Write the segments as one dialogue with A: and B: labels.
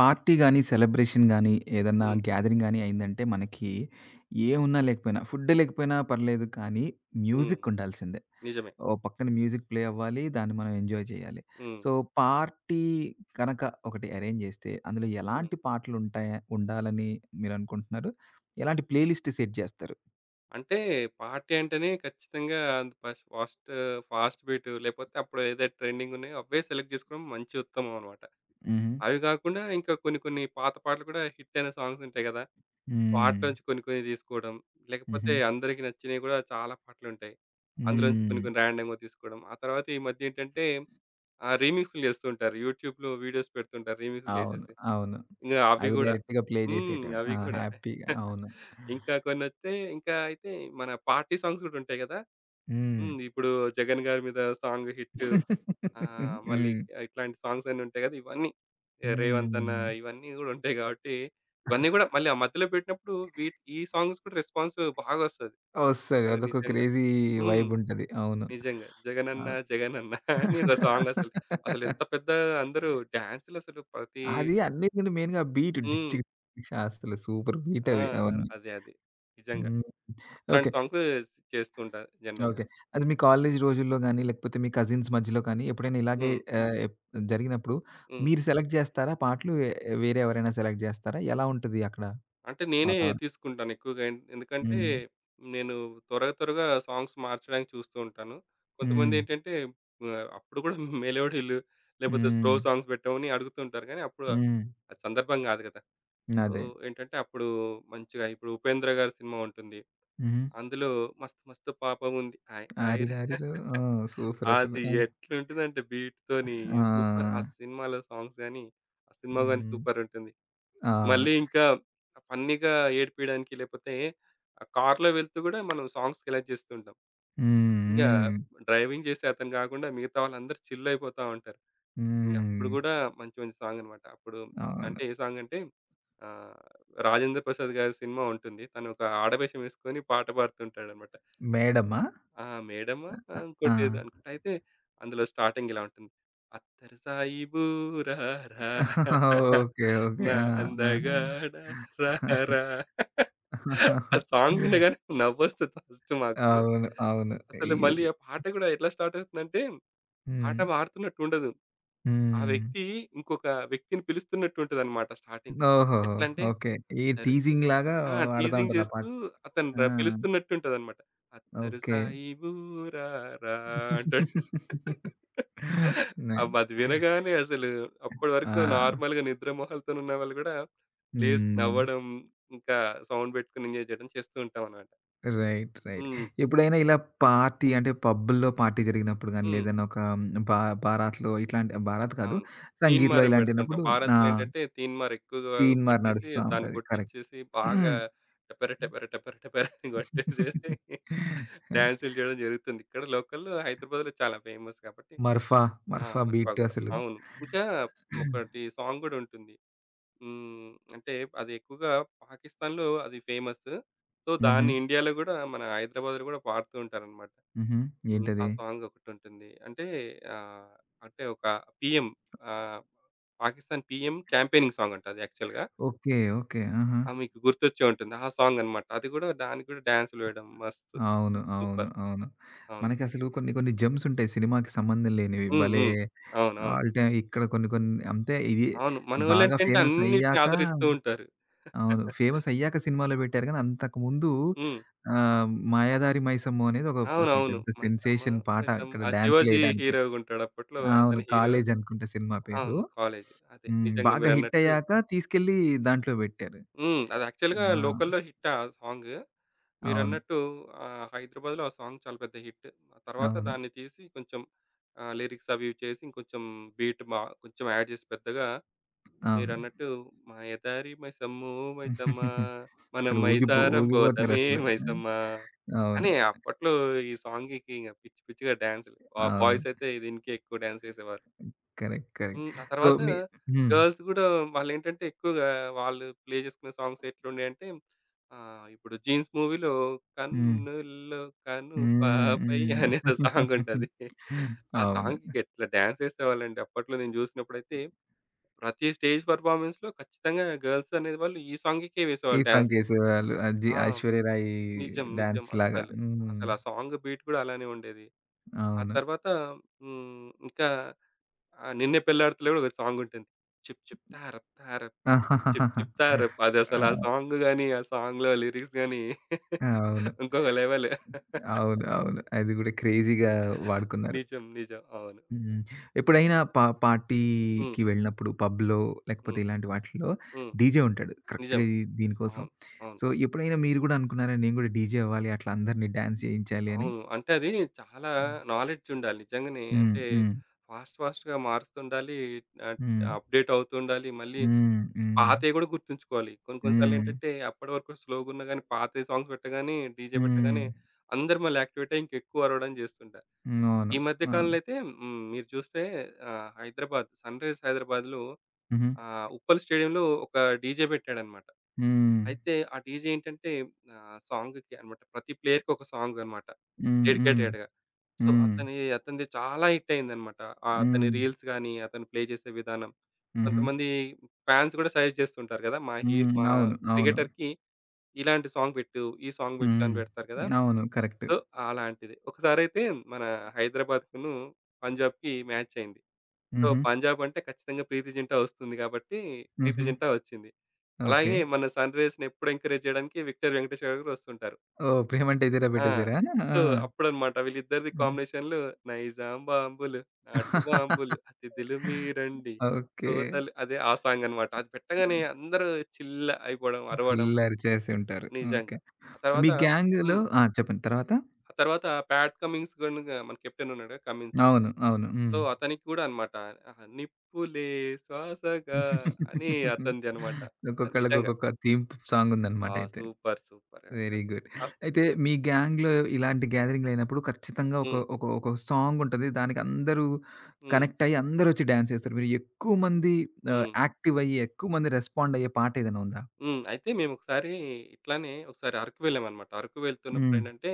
A: Party గాని, celebration గాని, ఏదన్నా
B: హ్మ్.
A: గ్యాదరింగ్ గాని అయిందంటే మనకి ఏమున్నా లేకపోయినా, ఫుడ్ లేకపోయినా పర్లేదు కానీ
B: హ్మ్.
A: మ్యూజిక్ ఉండాల్సిందే.
B: నిజమే.
A: ఓ పక్కన మ్యూజిక్ ప్లే అవ్వాలి. దాన్ని మనం ఎంజాయ్ చేయాలి.
B: హ్మ్.
A: సో, పార్టీ కనక ఒకటి అరేంజ్ జేస్తే అందులో
B: హ్మ్.
A: ఎలాంటి పాటలు ఉండాలని మీరనుకుంటున్నారు? ఎలాంటి ప్లే లిస్ట్ సెట్ జేస్తారు?
B: అంటే పార్టీ అంటేనే ఖచ్చితంగా అది ఫస్ట్ ఫస్ట్ ఫాస్ట్ బీట్ లేకపోతే అప్పుడు ఏదైతే ట్రెండింగ్ ఉన్నాయో అవే సెలెక్ట్ చేసుకోవడం మంచి ఉత్తమం అన్నమాట.
A: హుహు.
B: అవి కాకుండా ఇంకా కొన్ని కొన్ని పాత పాటలు కూడా హిట్ అయిన సాంగ్స్ ఉంటాయి కదా!
A: హ్మ్.
B: వాటిలోంచి కొన్ని కొన్ని తీసుకోవడం.
A: హుహు.
B: లేకపోతే అందరికి నచ్చినవి కూడా చాలా పాటలుంటాయి. అందులోంచి
A: హ్మ్.
B: కొన్ని కొన్ని ర్యాండమ్‌గా తీసుకోవడం. ఆ తర్వాత ఈ మధ్య ఏంటంటే రీమిక్స్‌లు చేస్తూ ఉంటారు. యూట్యూబ్‌లో వీడియోస్ పెడుతుంటారు రీమిక్స్
A: అవును.
B: చేసేసి.
A: అవును.
B: ఇంగ అవి
A: అవి
B: గూడా.
A: డైరెక్ట్‌గా ప్లే
B: హ్మ్.
A: జేసేయటమే. ఆ!
B: అవి గూడా.
A: హ్యాపీగా. అవును.
B: ఇంకా కొన్నొస్తే ఇంకా అయితే మన పార్టీ సాంగ్స్ గూడా ఉంటాయి గదా!
A: హ్మ్.
B: హ్మ్. ఇప్పుడు 'జగన్' గారి మీద సాంగ్ హిట్. మళ్ళీ
A: హ్మ్.
B: ఇట్లాంటి సాంగ్స్ అన్నీ ఉంటాయి గదా! ఇవన్నీ ఏ రేవంత్ అన్న
A: హ్మ్.
B: ఇవన్నీ గూడా ఉంటాయి గాబట్టి, ఇవన్నీ గూడా మళ్ళీ ఆ మధ్యలో పెట్టినప్పుడు వీట్ ఈ సాంగ్స్ కూడా రెస్పాన్స్ బాగొస్తది.
A: వస్తది.
B: అది
A: అదొక
B: నిజంగా.
A: క్రేజీ
B: హ్మ్.
A: వైబుంటది. అవును.
B: నిజంగా. 'జగనన్న
A: అవ్
B: జగనన్న' అని ఒక సాంగ్ అసలు. అసలెంత పెద్ద అందరూ డాన్స్‌లసలు ప్రతి
A: అది అన్నిటికంటే మెయిన్‌గా ఆ బీట్
B: హ్మ్.
A: డిచ్‌కి డిచ్ అసలు సూపర్ బీట్
B: ఆ!
A: అవి అవన్నీ.
B: అదే. నిజంగా.
A: హ్మ్.
B: అట్లాంటి
A: ఓకే.
B: సాంగు చేస్తూ ఉంటా జనరల్‌గా.
A: ఓకే. అది మీ కాలేజీ రోజుల్లో గాని, లేకపోతే మీ కజిన్స్ మధ్యలో కానీ ఎప్పుడైనా ఇలాగే
B: హ్మ్.
A: ఆహ్, ఎప్ జరిగినప్పుడు
B: హ్మ్.
A: మీరు సెలెక్ట్ జేస్తారా పాటలు? వేరే ఎవరైనా సెలెక్ట్ జేస్తారా? ఎలా ఉంటది అక్కడ
B: అంటే నేనే
A: వాతావరణం?
B: తీసుకుంటాను ఎక్కువగా. ఎందుకంటే
A: హ్మ్.
B: నేను త్వరగా త్వరగా సాంగ్స్ మార్చడానికి చూస్తూ ఉంటాను.
A: హ్మ్.
B: కొంతమందేంటంటే అప్పుడు కూడా మెలోడీలు లేకపోతే స్లో
A: హ్మ్.
B: సాంగ్స్ పెట్టమని అడుగుతుంటారు కానీ అప్పుడు
A: హ్మ్.
B: అది సందర్భం కాదు కదా! సో,
A: అదే.
B: ఏంటంటే అప్పుడు మంచిగా ఇప్పుడు 'ఉపేంద్ర' గారి సినిమా ఉంటుంది.
A: హ్మ్.
B: అందులో మస్తు మస్తు పాపముంది హాయ్ హాయ్ ర
A: 'ఆరిరారిలో' ఆ! సూపరసలు.
B: అది
A: ఆ!
B: ఎట్లుంటుందంటే బీట్‌తోని సూపర్. ఆ
A: ఆ!
B: సినిమాలో సాంగ్స్ గాని, ఆ సినిమా గాని
A: హ్మ్.
B: సూపర్ ఉంటుంది.
A: అవును.
B: మళ్ళీ ఇంకా ఫన్నీగా ఏడిపియడానికి లేపోతే ఆ కార్‌లో వెళ్తూ గూడా మనం సాంగ్స్ సెలెక్ట్ జేస్తుంటాం.
A: హ్మ్.
B: ఇంగా
A: హ్మ్.
B: డ్రైవింగ్ జేసే అతను గాకుండా మిగతా వాళ్ళందరూ చిల్ అయిపోతా ఉంటారు. ఇంగ అప్పుడు
A: హ్మ్.
B: గూడా మంచి మంచి సాంగ్ అనమాట. అప్పుడు
A: అవును.
B: అంటే ఏ సాంగ్ అంటే ఆహ్, 'రాజేంద్ర ప్రసాద్' గారి సినిమా ఉంటుంది. తను ఒక ఆడవేషం యేసుకొని పాట పాడుతుంటాడనమాట.
A: మేడమా?
B: ఆ! మేడమా? ఆ!
A: ఆ! ఆ!
B: ఇంకోటేదో అనుకుంటా. అయితే అందులో స్టార్టింగ్ ఇలా ఉంటుంది. అత్తరు సాయిబు రారా
A: ఓకే. ఓకే.
B: నా
A: ఆ!
B: అందగాడ
A: ఆహా!
B: రారా ఆ సాంగ్ వినగానే నవ్వొస్తది ఫస్ట్ మాకు.
A: అవును. అవును. ఈ
B: అసలు మళ్ళీ ఆ పాట గూడా ఎట్లా స్టార్ట్ అవుతుందంటే, పాట
A: హ్మ్.
B: పాడుతున్నట్టుండదు. ఆ
A: హ్మ్.
B: వ్యక్తి ఇంకొక వ్యక్తిని పిలుస్తున్నట్టుంటదనమాట స్టార్టింగ్.
A: ఓహోహో!
B: ఎట్లంటే
A: ఓకే. ఈ
B: అత్తరు ఆ!
A: టీజింగ్‌లాగా
B: ఆ!
A: ఆడతా
B: టీజింగ్
A: ఉంటారు ఆ పాట.
B: చేస్తూ అతను
A: ఆ!
B: ర పిలుస్తున్నట్టుంటదనమాట. అత్తరు
A: ఓకే.
B: సాయి బూరా రా అంటాడు.
A: నైస్.
B: అబ్బా! అది వినగానే అసలు అప్పటి వరకు
A: ఆ!
B: నార్మల్‌గా నిద్ర మొహాలతోని ఉన్న వాళ్ళు గూడా లేసి
A: హ్మ్.
B: నవ్వడం, ఇంకా సౌండ్ పెట్టుకొని ఎంజాయ్ చేయడం చేస్తూ ఉంటామనమాట.
A: రైట్. రైట్.
B: హ్మ్.
A: ఎప్పుడైనా ఇలా పార్టీ అంటే పబ్బుల్లో పార్టీ జరిగినప్పుడు గాని,
B: హ్మ్.
A: లేదన్నా ఒక బా బారాత్‌లో ఇట్లాంటి బారాత్ కాదు.
B: అవును.
A: సంగీత్‌లో
B: తీన్మార్ పెడుతుంటాం.
A: ఇలాంటినప్పుడు ఆ!
B: భారత్‌లో ఏంటంటే తీన్మార్ ఎక్కువగా
A: తీన్‌మార్
B: పెట్టేసి
A: నడుస్తా
B: దాన్ని
A: ఉంటది. కరెక్ట్.
B: కొట్టిచ్చేసి బాగా టపర టపర టపర టపర అని కొట్టేసేసి డాన్సులు చేయడం జరుగుతుంది. ఇక్కడ లోకల్‌లో హైదరాబాద్‌లో చాలా ఫేమస్ కాబట్టి.
A: మర్ఫా,
B: ఆ!
A: మర్ఫా
B: మర్పా
A: బీట్
B: గూడా.
A: అసలు.
B: అవును. ఇంకా ఒకటి సాంగ్ గూడా ఉంటుంది. హ్మ్. అంటే అది ఎక్కువగా పాకిస్తాన్‌లో అది ఫేమస్. సో,
A: హుహు.
B: దాన్ని ఇండియాలో గూడా మన హైదరాబాద్‌లో గూడా పాడుతూ ఉంటారనమాట.
A: హుహు.
B: హ్మ్. ఆ
A: ఏంటది?
B: సాంగ్ ఒకటుంటుంది. అంటే ఆహ్, అంటే ఒక పీఎం ఆహ్, పాకిస్తాన్ పీఎం క్యాంపెయినింగ్ సాంగ్ అంట అది యాక్చువల్‌గా.
A: ఓకే. ఓకే. ఆహా!
B: ఆ! మీకు గుర్తొచ్చే ఉంటుంది. ఆ సాంగ్ అన్నమాట. అది కూడా దానికి కూడా డాన్స్‌లు వేయడం మస్తు
A: అవును. అవును.
B: సూపర్.
A: అవును.
B: అవును.
A: మనకసలు కొన్ని కొన్ని జెమ్స్ ఉంటాయి సినిమాకి సంబంధం లేనివి.
B: హ్మ్.
A: భలే
B: హ్మ్. అవునవును.
A: ఆల్ టైమ్ ఇక్కడ కొన్ని కొన్ని అంతే ఇది
B: అవును.
A: బాగా
B: మనోళ్ళంటేంటే
A: ఫేమస్
B: అన్నిటిని
A: అయ్యాక
B: ఆదరిస్తూ ఉంటారు.
A: అవును. ఫేమస్ అయ్యాక సినిమాలో పెట్టారు గానీ అంతకుముందు
B: హ్మ్.
A: 'మాయాదారి మైసమ్ము' అనేది ఒక అసలు
B: అవునవును.
A: పెద్ద
B: మైసమ్మ
A: సెన్సేషన్ పాట
B: మైసమ్మ
A: ఇక్కడ
B: ఆ 'శివాజీ'
A: డాన్స్‌లేయడానికి.
B: హీరోగా ఉంటాడు అప్పట్లో
A: అవును.
B: అతను హీరో.
A: 'కాలేజ్' అనుకుంటా సినిమా పేరు.
B: అవును. కాలేజ్ అదే
A: హ్మ్.
B: నిజంగా
A: బాగా హిట్
B: మీరన్నట్టు
A: అయ్యాక తీసుకెళ్ళి దాంట్లో పెట్టారు.
B: హ్మ్. అది యాక్చువల్‌గా
A: ఆ!
B: లోకల్‌లో హిట్ ఆ సాంగ్.
A: అవును.
B: మీరన్నట్టు హైదరాబాద్‌లో ఆ సాంగ్ చాలా పెద్ద హిట్. ఆ తర్వాత
A: అవును.
B: దాన్ని తీసి కొంచెం లిరిక్స్ అవి ఇవి చేసి ఇంకొంచెం బీట్ మా కొంచెం యాడ్ చేసి పెద్దగా
A: అవును.
B: మీరన్నట్టు మాయదారి మైసమ్మో మైసమ్మ మనం
A: అసలు ఊగిపో
B: మైసారం పోతమే
A: ఊగిపోతారసలు. ఆ!
B: మైసమ్మ
A: అవును.
B: అని అప్పట్లో ఈ సాంగ్‌కి ఇంక పిచ్చి పిచ్చిగా డాన్స్‌లు. ఆ
A: అవును.
B: బాయ్స్ అయితే దీనికే ఎక్కువ డాన్స్ చేసేవారు.
A: కరెక్ట్. కరెక్ట్.
B: హ్మ్. ఆ
A: సో,
B: తర్వాత
A: మీ హ్మ్.
B: గర్ల్స్ గూడా వాళ్ళేంటంటే ఎక్కువగా వాళ్ళు ప్లే జేసుకునే సాంగ్స్ ఎట్లుండేయంటే ఇప్పుడు 'జీన్స్' మూవీలో
A: హ్మ్.
B: కన్నుల్లో కను
A: హ్మ్.
B: పాపై
A: హ్మ్.
B: అనేదో సాంగుంటది. ఆ
A: అవును.
B: సాంగ్‌కి ఎట్లా డాన్స్ ఏసేవాళ్ళండి. అప్పట్లో నేను జూసినప్పుడైతే ప్రతి స్టేజ్ పెర్ఫార్మన్స్‌లో ఖచ్చితంగా గర్ల్స్ అనేవాళ్ళు ఈ సాంగ్‌కే
A: ఈ
B: వేసేవాళ్ళు
A: సాంగ్
B: డాన్స్.
A: చేసేవాళ్ళు. ఆ జి
B: ఆ!
A: 'ఐశ్వర్య రాయ్'
B: నిజం.
A: డాన్స్‌లాగా.
B: అస్సలు.
A: హ్మ్.
B: అసలు ఆ సాంగ్ బీట్ గూడా అలానే ఉండేది. ఆ
A: అవును.
B: తర్వాత హ్మ్. ఇంకా ఆ! 'నిన్నే పెళ్లాడతలో' గూడా ఒక సాంగుంటుంది. 'చిప్ చిప్ తారప్ తారప్ చిప్
A: ఆ!
B: చిప్ తారప్' అదసలు ఆ సాంగ్ గాని, ఆ సాంగ్‌లో లిరిక్స్ గాని
A: అవును.
B: ఇంకొక లెవెల్.
A: అవును. అవును. అది గూడా క్రేజీగా వాడుకున్నారు.
B: నిజం. అవును.
A: హ్మ్. ఎప్పుడైనా పా
B: హ్మ్.
A: పార్టీకి వెళ్ళినప్పుడు పబ్‌లో లేకపోతే
B: హ్మ్.
A: ఇలాంటి వాటిల్లో
B: హ్మ్.
A: డీజే ఉంటాడు. కరెక్ట్‌గా
B: నిజమే.
A: ఈ దీని కోసం.
B: అవును. అవును.
A: సో, ఎప్పుడైనా మీరు గూడా అనుకున్నారా? నేను గూడా డీజే అవ్వాలి. అట్లా అందరిని డాన్స్ చేయించాలి అని.
B: అవును. అంటే అది చాలా
A: హ్మ్.
B: నాలెడ్జుండాలి నిజంగానే.
A: హ్మ్.
B: అంటే
A: హ్మ్.
B: ఫాస్ట్‌గా మారుతుండాలి. ఆహ్,
A: హ్మ్.
B: అప్‌డేట్ అవుతుండాలి. మళ్ళీ
A: హ్మ్. హ్మ్.
B: పాతయి గూడా గుర్తుంచుకోవాలి. కొన్ని కొన్ని
A: హ్మ్.
B: సార్లేంటంటే అప్పటి వరకు స్లో‌గున్నా గాని పాతయి సాంగ్స్ పెట్టగానే, డీజే
A: హ్మ్.
B: పెట్టగానే అందరూ మళ్ళీ యాక్టివేట్ అయ్యి ఇంకెక్కువ అరవడం జేస్తుంటారు.
A: హ్మ్. అవును.
B: ఈ మధ్య
A: ఆ!
B: కాలంలో అయితే హ్మ్. మీరు చూస్తే హైదరాబాద్ 'సన్‌రైజ్ హైదరాబాద్‌లో'
A: హుహు.
B: ఉప్పల్ స్టేడియంలో ఒక డీజే పెట్టాడన్నమాట.
A: హ్మ్.
B: అయితే ఆ డీజే ఏంటంటే సాంగ్‌కి అన్నమాట ప్రతి ప్లేయర్‌కి ఒక సాంగ్ అన్నమాట.
A: హ్మ్. హ్మ్.
B: డెడికేటెడ్‌గా. సో,
A: హ్మ్.
B: అతనిది చాలా హిట్ అయిందన్నమాట. అతని
A: హ్మ్.
B: రీల్స్ గాని, అతను ప్లే చేసే విధానం.
A: హుహు.
B: కొంతమంది ఫాన్స్ కూడా సజెస్ట్ చేస్తుంటారు కదా!
A: హ్మ్.
B: మా
A: అవును. అవును.
B: క్రికెటర్‌కి ఇలాంటి సాంగ్ పెట్టు, ఈ సాంగ్ పెట్టు
A: హ్మ్.
B: అని పెడతారు కదా!
A: అవును. కరెక్ట్.
B: సో, అలాంటిది. ఒకసారైతే మన హైదరాబాద్‌కును, పంజాబ్‌కి మ్యాచ్ అయింది. సో,
A: హుహు.
B: పంజాబ్ అంటే ఖచ్చితంగా 'ప్రీతి జింటా' వస్తుంది కాబట్టి 'ప్రీతి
A: హుహు.
B: జింటా' వచ్చింది.
A: ఓకే.
B: అలాగే మన సన్‌రైజర్స్‌ని ఎప్పుడు ఎంకరేజ్ చేయడానికి 'విక్టర్ వెంకటేష్' గారు కూడా వస్తుంటారు.
A: ఓహ్! 'ప్రేమంటే ఇదేరా'
B: ఆ!
A: పెట్టేసారా? ఆ!
B: సో, అప్పుడన్నమాట వీళ్ళిద్దరిది కాంబినేషన్‌లు నైజాం బాంబులు, నాటు బాంబులు, అతిథులు మీరండి,
A: ఓకే.
B: తోతలు అదే ఆ సాంగ్ అన్నమాట. అది పెట్టగానే అందరూ చిల్ అయిపోవడం, అరవడం
A: ఫుల్ అరిచేసి ఉంటారు. ఓకే.
B: నిజంగా. ఆ
A: మీ
B: తర్వాత
A: గ్యాంగ్‌లో
B: హ్మ్.
A: ఆ! చెప్పండి తర్వాత?
B: ఆ తర్వాత 'ప్యాట్ కమింగ్స్' గనుక మన కెప్టెన్ ఉన్నాడు కదా! కమింగ్స్.
A: అవును. అవును.
B: సో,
A: హ్మ్.
B: అతనికి కూడా అన్నమాట నిప్పులే శ్వాసగా అని అతనిది అన్నమాట. అతను
A: ఒక్కొక్కళ్ళకి
B: నిజంగా.
A: ఒక్కొక్క థీమ్ సాంగ్ ఉందన్నమాట
B: ఆ!
A: అయితే.
B: సూపర్‌గా
A: వెరీ
B: అసలు.
A: గుడ్.
B: ఆ!
A: అయితే మీ గ్యాంగ్‌లో ఇలాంటి గ్యాదరింగ్‌లు అయినప్పుడు ఖచ్చితంగా ఒక
B: హ్మ్.
A: ఒక ఒక సాంగ్ ఉంటది. దానికి అందరూ
B: హ్మ్.
A: కనెక్ట్ అయ్యి అందరొచ్చి డాన్స్ చేస్తారు. మీరు ఎక్కువ మంది
B: హ్మ్.
A: యాక్టివ్ అయ్యి ఎక్కువ మంది రెస్పాండ్ అయ్యే పాట ఏదైనా ఉందా?
B: హ్మ్. అయితే మేమొకసారి ఇట్లానే ఒకసారి అరకు వెళ్ళామనమాట. అరకు వెళ్తున్నప్పుడు
A: హ్మ్.
B: ఏంటంటే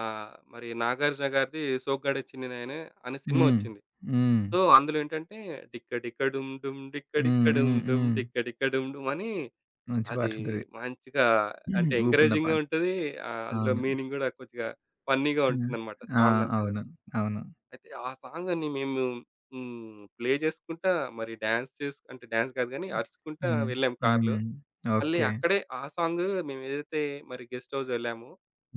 B: మరి 'నాగార్జున' గారిది 'సోగ్గాడే చిన్నినాయనే' అనే సినిమా
A: హ్మ్.
B: వచ్చింది.
A: హ్మ్.
B: సో, అందులో ఏంటంటే 'డిక్క డిక్క డుమ్ డుమ్ డిక్క
A: హ్మ్.
B: డిక్క డుమ్
A: హ్మ్.
B: డుమ్
A: హ్మ్.
B: డిక్క డిక్క డుమ్ డుమ్' అని
A: మంచి
B: అది
A: పాటుంటది.
B: మంచిగా అంటే
A: ఊపున్న
B: ఎంకరేజింగ్‌గా
A: పాట.
B: ఉంటది. అందులో
A: అవును.
B: మీనింగ్ గూడా కొద్దిగా ఫన్నీగా
A: ఆ!
B: ఉంటుందనమాట
A: ఆ!
B: సాంగ్ అంతా గూడా.
A: అవును. అవును.
B: అయితే ఆ సాంగని మేము హ్మ్. ప్లే జేసుకుంటా మరి డాన్స్ చేసు అంటే డాన్స్ కాదు గానీ అరుచుకుంటా
A: హ్మ్.
B: వెళ్ళాం కార్‌లో.
A: హ్మ్.
B: మళ్ళీ
A: ఓకే.
B: అక్కడే ఆ సాంగ్ మేమేదైతే మరి గెస్ట్ హౌస్ వెళ్ళామో,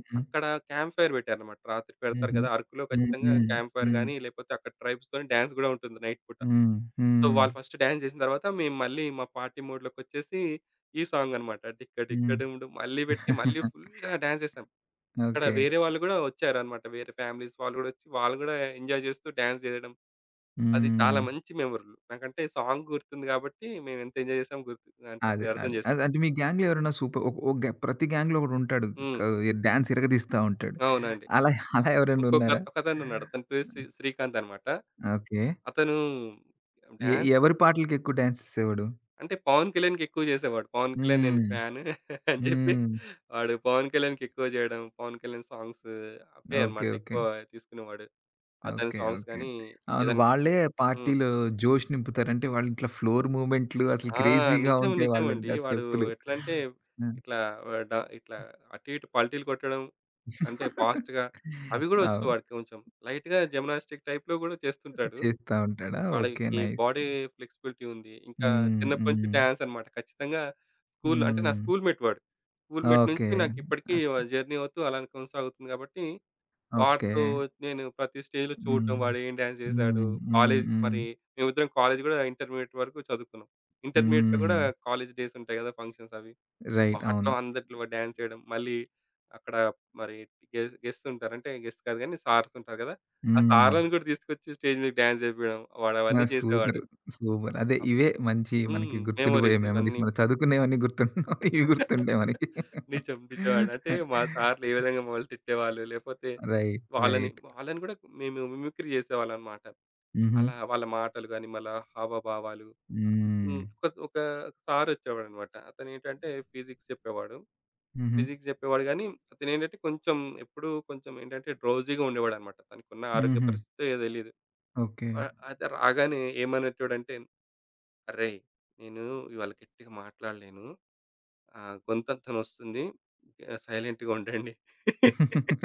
A: హ్మ్.
B: అక్కడ క్యాంప్ ఫైర్ పెట్టారన్నమాట. రాత్రి పెడతారు
A: హుహు.
B: కదా! అరకులో
A: హ్మ్.
B: ఖచ్చితంగా
A: హ్మ్.
B: క్యాంప్ ఫైర్
A: హ్మ్.
B: గాని, లేకపోతే అక్కడ ట్రైబ్స్‌తోని డాన్స్ గూడా ఉంటుంది నైట్ పూట.
A: హ్మ్.
B: సో,
A: హ్మ్.
B: వాళ్ళు ఫస్ట్ డాన్స్ జేసిన తర్వాత మేము మళ్ళీ మా పార్టీ మోడ్‌లోకొచ్చేసి ఈ సాంగ్ అన్నమాట. 'డిక్క డిక్క
A: హ్మ్.
B: డూమ్ డూమ్' మళ్ళీ పెట్టి మళ్ళీ ఫుల్‌గా డాన్స్ జేసాం. అక్కడ
A: ఓకే.
B: వేరే వాళ్ళు గూడా వచ్చారన్నమాట. వేరే ఫ్యామిలీస్ వాళ్ళు గూడా వచ్చి, వాళ్ళు గూడా ఎంజాయ్ జేస్తూ డాన్స్ జేయడం. అది చాలా
A: హ్మ్.
B: మంచి మెమొరీలు. నాకంటే సాంగ్ గుర్తుంది గాబట్టి మేమెంత ఎంజాయ్ జేసామో గుర్తు. అంటే
A: అదే.
B: మీరు అర్థం
A: అదే. అదే.
B: జేసుకోండి.
A: అంటే మీ గ్యాంగ్‌లో ఎవరైనా సూపర్ ఒక ఒక ప్రతి గ్యాంగ్‌లో ఒకడుంటాడు. క
B: హ్మ్.
A: డాన్స్ ఇరగదీస్తా ఉంటాడు.
B: అవునండి.
A: అలా అలా ఎవరైనా
B: ఇంకొక
A: ఉన్నారా?
B: ఒకతనున్నాడు. అతని పేరు శ్రీకాంత్ అనమాట.
A: ఓకే.
B: అతను
A: ఎ
B: డాన్స్
A: ఎవరి పాటలకి ఎక్కువ డాన్స్ చేసేవాడు?
B: అంటే పవన్ కళ్యాణ్‌కి ఎక్కువ చేసేవాడు. పవన్ కళ్యాణ్ నేను
A: హ్మ్.
B: ఫ్యాన్ అని జెప్పి
A: హ్మ్.
B: వాడు పవన్ కళ్యాణ్‌కి ఎక్కువ జేయడం, పవన్ కళ్యాణ్ సాంగ్స్ అవే
A: ఓకే.
B: అనమాట
A: ఓకే.
B: ఎక్కువ తీసుకునేవాడు. అతని
A: ఓకే.
B: Songs
A: okay.
B: గానీ
A: అవును.
B: ఏదన్నా
A: వాళ్ళే
B: హ్మ్.
A: పార్టీలో జోష్ నింపుతారు. అంటే వాళ్ళు ఇట్లా ఫ్లోర్ మూవ్‌మెంట్లు అసలు
B: ఆ!
A: క్రేజీగా
B: నిజం.
A: ఉంటాయి వాళ్ళంటే
B: నిజమండి.
A: ఆ
B: వాడు
A: స్టెప్పులు.
B: ఎట్లంటే
A: ఆ!
B: ఇట్లా ఆహ్, డ ఇట్లా అటు ఇటు పల్టీలు కొట్టడం అంటే ఫాస్ట్‌గా అవి గూడా వచ్చు
A: అవును.
B: వాడికి కొంచెం. లైట్‌గా జిమ్నాస్టిక్ టైప్‌లో గూడా చేస్తుంటాడు.
A: చేస్తా ఉంటాడా? ఓకే.
B: వాళ్ళకి
A: నైస్.
B: బాడీ ఫ్లెక్సిబిలిటీ ఉంది. ఇంకా
A: హ్మ్.
B: చిన్నప్పటి నుంచి
A: హ్మ్.
B: డాన్స్ అన్నమాట. ఖచ్చితంగా స్కూల్ అంటే నా
A: హ్మ్.
B: స్కూల్‌మేట్ వాడు. Schoolmate
A: okay.
B: నుంచి నాకిప్పటికి
A: అక్
B: జర్నీ అవుతూ అలానే కొనసాగుతుంది కాబట్టి,
A: ఓకే.
B: వాడితో నేను ప్రతి స్టేజ్‌లో చూడడం
A: హ్మ్.
B: వాడేం డాన్స్ చేశాడు.
A: హ్మ్. హ్మ్.
B: కాలేజ్
A: హ్మ్.
B: మరి మేమిద్దరం కాలేజ్ గూడా ఇంటర్మీడియేట్ వరకు చదువుకున్నాం. ఇంటర్మీడియేట్‌లో గూడా
A: హ్మ్.
B: కాలేజ్ డేస్ ఉంటాయి గదా! ఫంక్షన్స్ అవి.
A: రైట్.
B: వాటిలో
A: అవును.
B: అందరిలో డాన్స్ చేయడం. మళ్ళీ అక్కడ మరి గెస్ట్ ఉంటారు. అంటే గెస్ట్ కాదు గానీ సార్స్ ఉంటారు కదా! ఆ
A: హ్మ్.
B: సార్‌లను కూడా తీసుకొచ్చి స్టేజ్ మీద డాన్స్ చేపియడం. వాడు
A: ఆ!
B: అవన్నీ
A: సూపర్.
B: చేసేవాడు.
A: సూపర్. అదే
B: అప్
A: ఇవే మంచి మనకి
B: హ్మ్.
A: గుర్తుండిపోయే
B: మెమోరీస్
A: మెమోరీస్.
B: ఇవన్నీ.
A: మనం చదువుకునేవన్నీ గుర్తుండవు. ఇవి గుర్తుంటాయి మనకి.
B: నిజమండి. అంటే మా సార్‌లు ఏ విధంగా మమ్మల్ని తిట్టేవాళ్ళు. లేపోతే
A: రైట్.
B: వాళ్ళని
A: రైట్.
B: వాళ్ళని కూడా మేము మిమిక్రీ చేసేవాళ్ళనమాట.
A: హుహు.
B: అలా వాళ్ళ మాటలు గాని, మళ్ళా హావభావాలు
A: హ్మ్.
B: హ్మ్. ఒక ఒక సారొచ్చేవాడనమాట. అతనేంటంటే ఫిజిక్స్ చెప్పేవాడు.
A: హుహు.
B: ఫిజిక్స్ చెప్పేవాడు గానీ, అతనేంటంటే కొంచెం ఎప్పుడూ కొంచెం ఏంటంటే డ్రౌజీగా ఉండేవాడనమాట. తనకున్న ఆరోగ్య
A: హుహు.
B: పరిస్థితో తెలీదు.
A: ఓకే.
B: అయితే రాగానే ఏమనేటోడంటే, "అరేయ్! నేను ఇవాళ గట్టిగా మాట్లాడలేను. గొంతంతా నొస్తుంది. సైలెంట్‌గా ఉండండి."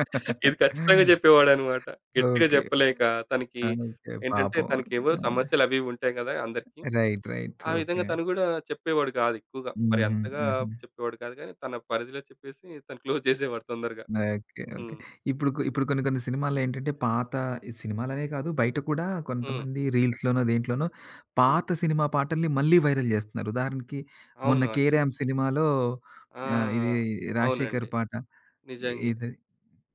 B: ఇది ఖచ్చితంగా చెప్పేవాడనమాట. గట్టిగా
A: ఓకే.
B: చెప్పలేక తనకి
A: ఆ! ఓకే.
B: ఏంటంటే
A: పాపం.
B: తనకేవో
A: ఆ!
B: సమస్యలవివి ఉంటాయి గదా! అందరికి.
A: రైట్. రైట్.
B: ఆ
A: ఓకే.
B: విధంగా తను గూడా చెప్పేవాడు గాదు ఎక్కువగా. మరి
A: హుహు.
B: అంతగా
A: హుహు.
B: చెప్పేవాడు కాదు గానీ, తన పరిధిలో చెప్పేసి తను క్లోజ్ చేసేవాడు తొందరగా.
A: ఓకే. ఓకే.
B: హ్మ్.
A: ఇప్పుడు ఇప్పుడు కొన్ని కొన్ని సినిమాలేంటంటే పాత ఈ సినిమాలనే కాదు బయట కూడా
B: హ్మ్.
A: కొంతమంది రీల్స్‌లోనో దేంట్లోనో
B: హ్మ్.
A: పాత సినిమా పాటల్ని మళ్ళీ వైరల్ జేస్తున్నారు. ఉదాహరణకి మొన్న
B: అవును అండి.
A: 'కేరామ్' సినిమాలో ఇది
B: ఆ!
A: 'రాజశేఖర్'
B: అవునండి.
A: పాట
B: నిజంగే.
A: ఇది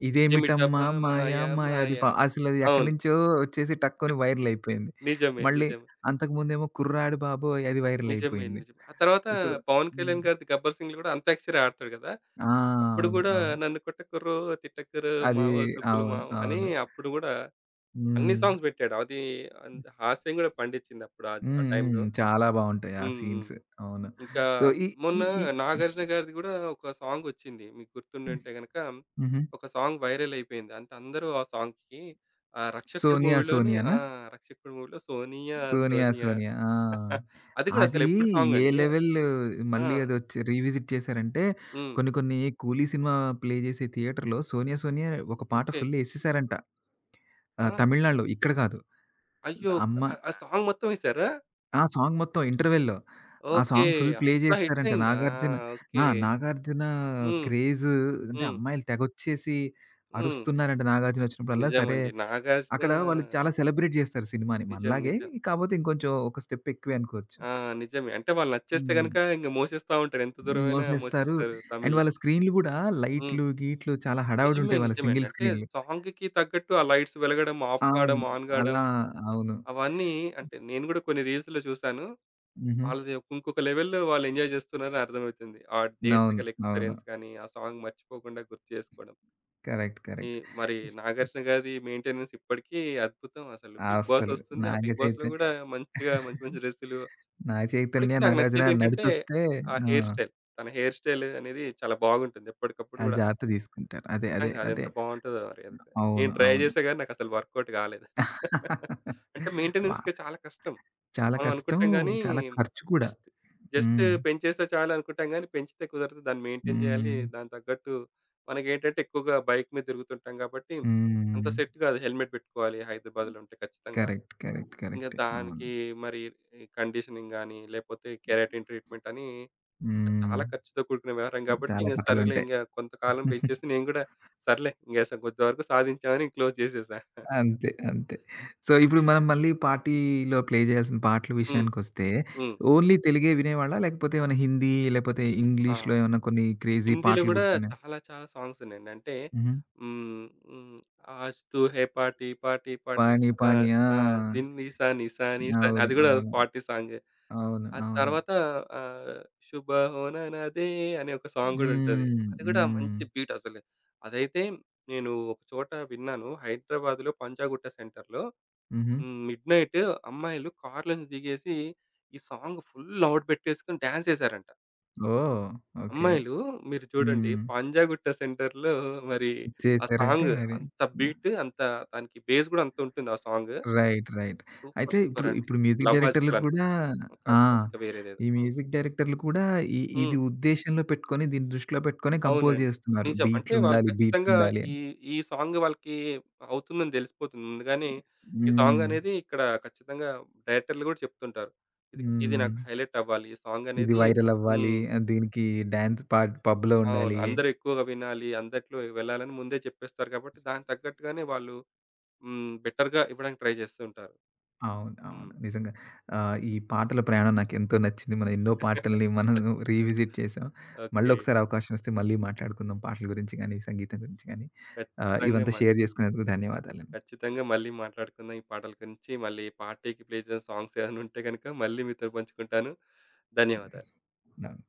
A: ఇదేమిటమ్మా
B: ఇదేమిటబ్బా
A: మాయ
B: మాయ
A: మాయ అది
B: మాయ
A: పా అసలది ఎక్కడి
B: అవును.
A: నుంచో వచ్చేసి టక్కుని వైరల్ అయిపోయింది.
B: నిజమే.
A: మళ్ళీ
B: నిజమే.
A: అంతకుముందేమో 'కుర్రాడు బాబోయ్' అది వైరల్
B: నిజమే.
A: అయిపోయింది.
B: నిజమే. ఆ తర్వాత
A: సో
B: పవన్
A: హ్మ్.
B: కళ్యాణ్ గారిది 'గబ్బర్ సింగ్‌లో' కూడా అంత్యాక్షరి ఆడతాడు కదా!
A: ఆ!
B: అప్పుడు
A: అవును.
B: కూడా
A: అవును.
B: నన్ను కొట్టకుర్రో తిట్టకుర్రో
A: అది
B: మావో సుబ్బులు
A: అవును.
B: మావో అని
A: అవును.
B: అప్పుడు కూడా అన్ని
A: హ్మ్.
B: సాంగ్స్ పెట్టాడు. అది అంత హాస్యం కూడా పండించింది అప్పుడు ఆ
A: హ్మ్.
B: టైంలో.
A: హ్మ్. చాలా బావుంటాయి ఆ
B: హ్మ్. హ్మ్.
A: సీన్స్. అవును.
B: ఇంకా
A: సో, ఈ ఈ
B: మొన్న
A: ఈ
B: 'నాగార్జున' గారిది గూడా ఒక సాంగొచ్చింది. మీకు గుర్తుండుంటే గనక
A: హుహు.
B: ఒక సాంగ్ వైరల్ అయిపోయింది. అంటే అందరూ ఆ సాంగ్‌కి 'రక్షకుడు'
A: 'సోనియా
B: మూవీలోనే ఆ!
A: సోనియానా'?
B: 'రక్షకుడు' మూవీలో 'సోనియా
A: 'సోనియా
B: సోనియా'
A: సోనియా' ఆ!
B: అది గూడా
A: అది
B: అసలెప్పుడు
A: ఏ
B: సాంగండి.
A: లెవెల్
B: ఆ!
A: మళ్ళీ అదొచ్చి రీవిజిట్ చేశారంటే,
B: హ్మ్.
A: కొన్ని కొన్ని 'కూలీ' సినిమా ప్లే చేసే థియేటర్‌లో 'సోనియా సోనియా' ఒక పాట
B: ఓకే.
A: ఫుల్ ఎసేసారంట.
B: ఆ!
A: తమిళనాడులో. ఇక్కడ కాదు.
B: అయ్యో!
A: అమ్మ
B: ఆ ఆ సాంగ్ మొత్తం ఎసారా?
A: ఆ సాంగ్ మొత్తం ఇంటర్వెల్‌లో. ఆ
B: ఓకే.
A: సాంగ్ ఫుల్ ప్లే
B: అంత హిట్
A: చేస్తారంట.
B: అయిందా?
A: నాగార్జున
B: ఓకే.
A: ఆ! నాగార్జున
B: హ్మ్.
A: క్రేజ్ అంటే
B: హ్మ్.
A: అమ్మాయిలు తెగొచ్చేసి
B: హ్మ్.
A: అరుస్తున్నారంట నాగార్జున వచ్చినప్పుడల్లా. సరే,
B: నిజమండి. 'నాగార్జున'
A: అక్కడ వాళ్ళు చాలా సెలబ్రేట్ చేస్తారు సినిమాని.
B: నిజం.
A: మనలాగే
B: నిజం.
A: కాపోతే ఇంకొంచెం ఒక స్టెప్ ఎక్కువే అనుకోవచ్చు.
B: ఆ! నిజమే. అంటే వాళ్ళు నచ్చేస్తే
A: హ్మ్.
B: గనుక ఇంక మోసేస్తా ఉంటారు. ఎంత దూరమైనా
A: మోసేస్తారు.
B: మోసేస్తారు
A: అండ్
B: తమిళ్.
A: వాళ్ళ స్క్రీన్‌లు కూడా
B: హ్మ్.
A: లైట్లు, గీట్లు చాలా హడావిడి
B: నిజమే.
A: ఉంటాయి వాళ్ళ
B: నిజమే అండి.
A: సింగిల్
B: అంటే
A: స్క్రీన్‌లు.
B: సాంగ్‌కి తగ్గట్టు ఆ లైట్స్ వెలగడం, ఆఫ్
A: అవును.
B: కావడం, ఆన్ కావడం
A: అలా అవును.
B: అవన్నీ అంటే నేను గూడా కొన్ని రీల్స్‌లో చూసాను.
A: హుహు.
B: వాళ్ళది ఇంకొక లెవెల్‌లో వాళ్ళు ఎంజాయ్ చేస్తున్నారని అర్థమవుతుంది. ఆ
A: అవును.
B: థియేట్రికల్
A: అవును.
B: ఎక్స్‌పీరియన్స్ గాని, ఆ సాంగ్ మర్చిపోకుండా గుర్తు చేసుకోవడం.
A: కరెక్ట్.
B: ఈ
A: కరెక్ట్.
B: మరి
A: స్
B: నాగార్జున గారిది మెయింటెనెన్స్ ఇప్పటికీ అద్భుతం. అసలు 'బిగ్ బాస్'
A: అస్సలు
B: వస్తుంది. ఆ
A: నాగ
B: 'బిగ్
A: చైత
B: బాస్'లో' గూడా మంచిగా మంచి మంచి డ్రెస్సులు
A: నాగ
B: ఇప్పటికి
A: చైతన్య,
B: నాకు
A: నాగార్జున
B: నచ్చేదేంటంటే,
A: నడిచొస్తే
B: ఆ
A: ఆ!
B: Hair style. తన హెయిర్ స్టైల్ అనేది చాలా బాగుంటుంది. ఎప్పటికప్పుడు
A: ఆళ్ళు
B: గూడా.
A: జాగ్రత్త తీసుకుంటారు. అదే, అదే,
B: నిజంగా
A: అదే.
B: అదెంత బావుంటదో మరి అదైతే. నేను
A: అవును.
B: ట్రై
A: అవును.
B: చేశా గానీ నాకసలు వర్కౌట్ కాలేదు. అంటే
A: వా
B: మెయింటెనెన్స్‌కి చాలా కష్టం.
A: చాలా
B: మనం
A: కష్టం.
B: అనుకుంటాం గానీ,
A: చాలా ఖర్చు కూడా.
B: జస్ట్ జస్ట్
A: హ్మ్.
B: పెంచేస్తే చాలు అనుకుంటాం గానీ, పెంచితే కుదరదు. దాన్ని మెయింటైన్ చేయాలి.
A: హ్మ్.
B: దానికి తగ్గట్టు మనకేంటంటే ఎక్కువగా బైక్ మీద తిరుగుతుంటాం కాబట్టి, అంత
A: హ్మ్.
B: సెట్ కాదు. హెల్మెట్ పెట్టుకోవాలి హైదరాబాద్‌లో ఉంటే ఖచ్చితంగా.
A: కరెక్ట్. కరెక్ట్.
B: ఇంక
A: కరెక్టే. అవును.
B: దానికి మరి ఈ కండిషనింగ్ గాని, లేపోతే కెరాటిన్ ట్రీట్‌మెంట్ అని
A: హ్మ్.
B: చాలా ఖర్చుతో కూడుకున్న వ్యవహారం కాబట్టి,
A: చాలా
B: ఇంక సరేలే
A: కథలుంటాయి.
B: ఇంగ కొంతకాలం పెంచేసి నేను గూడా సర్లే ఇంగ కొంతవరకు సాధించామని క్లోజ్ చేసేసా.
A: అంతే. అంతే. సో, ఇప్పుడు మనం మళ్ళీ పార్టీలో ప్లే చేయాల్సిన పాటల
B: హ్మ్.
A: విషయానికొస్తే,
B: హ్మ్.
A: ఓన్లీ తెలుగే వినేవాళ్ళా? లేకపోతే ఏమైనా హిందీ, లేకపోతే
B: ఆ!
A: ఇంగ్లీష్‌లో ఏమన్నా కొన్ని క్రేజీ
B: హిందీలో
A: పాటలు
B: గూడా
A: గుర్తున్నాయా?
B: చాలా చాలా సాంగ్స్ ఉన్నాయండి. అంటే
A: హుహు.
B: హ్మ్. హ్మ్. 'ఆజ్ తూ హే పార్టీ పార్టీ పార్టీ'
A: పానీ,
B: ఆ!
A: పానీ. ఆ!
B: ఆ! 'దిల్ నిసా నిసా నిసా' అని,
A: అవును.
B: అది గూడా
A: అవును.
B: పార్టీ సాంగే.
A: అవును.
B: ఆ
A: అవును.
B: తర్వాత ఆహ్, 'శుభహోననదే' అనే ఒక సాంగ్ గూడుంటది.
A: హ్మ్.
B: అది గూడా
A: హ్మ్.
B: మంచి బీట్ అసలు. అదైతే నేను ఒక చోట విన్నాను. హైదరాబాద్‌లో పంజాగుట్ట సెంటర్‌లో
A: హుహు.
B: హ్మ్. మిడ్‌నైట్ అమ్మాయిలు కార్‌లో నుంచి దిగేసి ఈ సాంగ్ ఫుల్ లౌడ్ పెట్టేసుకొని డాన్స్ చేశారంట.
A: ఓహ్! ఓకే.
B: అమ్మాయిలు మీరు చూడండి
A: హ్మ్.
B: పంజాగుట్ట సెంటర్‌లో మరి ఆ
A: చేసారంటే
B: సాంగ్
A: మరి
B: అంత బీట్ అంత దానికి బేస్ గూడా అంత ఉంటుంది ఆ సాంగ్.
A: రైట్. రైట్.
B: సూపర్!
A: అయితే
B: సూపర్
A: ఇప్పుడు,
B: అండి.
A: ఇప్పుడు మ్యూజిక్
B: 'లవ్
A: డైరెక్టర్‌లు
B: ఆజ్‌కల్'
A: కూడా
B: అనుకుంటా సినిమా.
A: ఆ!
B: కాదు కాదు. ఇంకా వేరేదేదో.
A: ఈ
B: హ్మ్.
A: మ్యూజిక్ డైరెక్టర్‌లు కూడా ఇ
B: హ్మ్.
A: ఇది ఉద్దేశ్యంలో పెట్టుకొని, దీన్ని దృష్టిలో పెట్టుకొని కంపోజ్
B: అవునండి.
A: చేస్తున్నారు.
B: నిజం. అంటే వాళ్ళు
A: బీట్లుండాలి, బీట్స్
B: ఖచ్చితంగా
A: ఉండాలి అని.
B: ఈ ఈ సాంగ్ వాళ్ళకి అవుతుందని తెలిసిపోతుంది ముందుగానే. ఈ సాంగ్
A: హ్మ్.
B: అనేది ఇక్కడ ఖచ్చితంగా డైరెక్టర్లు గూడా చెప్తుంటారు. ఇది ఇది
A: హ్మ్.
B: నాకు హైలైట్ అవ్వాలి. ఈ సాంగ్
A: ఇది
B: అనేది
A: వైరల్ అవ్వాలి.
B: హ్మ్.
A: దీనికి డాన్స్ పాట్ పబ్‌లో
B: అవును.
A: ఉండాలి.
B: అందరూ ఎక్కువగా వినాలి. అందరిలో వెళ్ళాలని ముందే చెప్పేస్తారు కాబట్టి దానికి తగ్గట్టుగానే వాళ్ళు హ్మ్. బెటర్‌గా ఇవ్వడానికి ట్రై చేస్తూ ఉంటారు.
A: అవును. అవును.
B: హ్మ్.
A: నిజంగా. ఈ పాటల ప్రయాణం నాకెంతో నచ్చింది. మనం ఎన్నో పాటల్ని మనం రీవిజిట్ చేసాం.
B: ఓకే.
A: మళ్ళొకసారి అవకాశం వస్తే మళ్ళీ మాట్లాడుకుందాం పాటల గురించి గానీ, సంగీతం గురించి గానీ.
B: ఖచ్చితంగా
A: ఇవంతా
B: మళ్
A: షేర్ జేసుకునేందుకు ధన్యవాదాలండి.
B: ఖచ్చితంగా మళ్ళీ మాట్లాడుకుందాం ఈ పాటల గురించి. మళ్ళీ పార్టీకి ప్లే చేసిన సాంగ్స్ ఏమైనా ఉంటే గనుక మళ్ళీ మీతో పంచుకుంటాను. ధన్యవాదాలు.
A: ధన్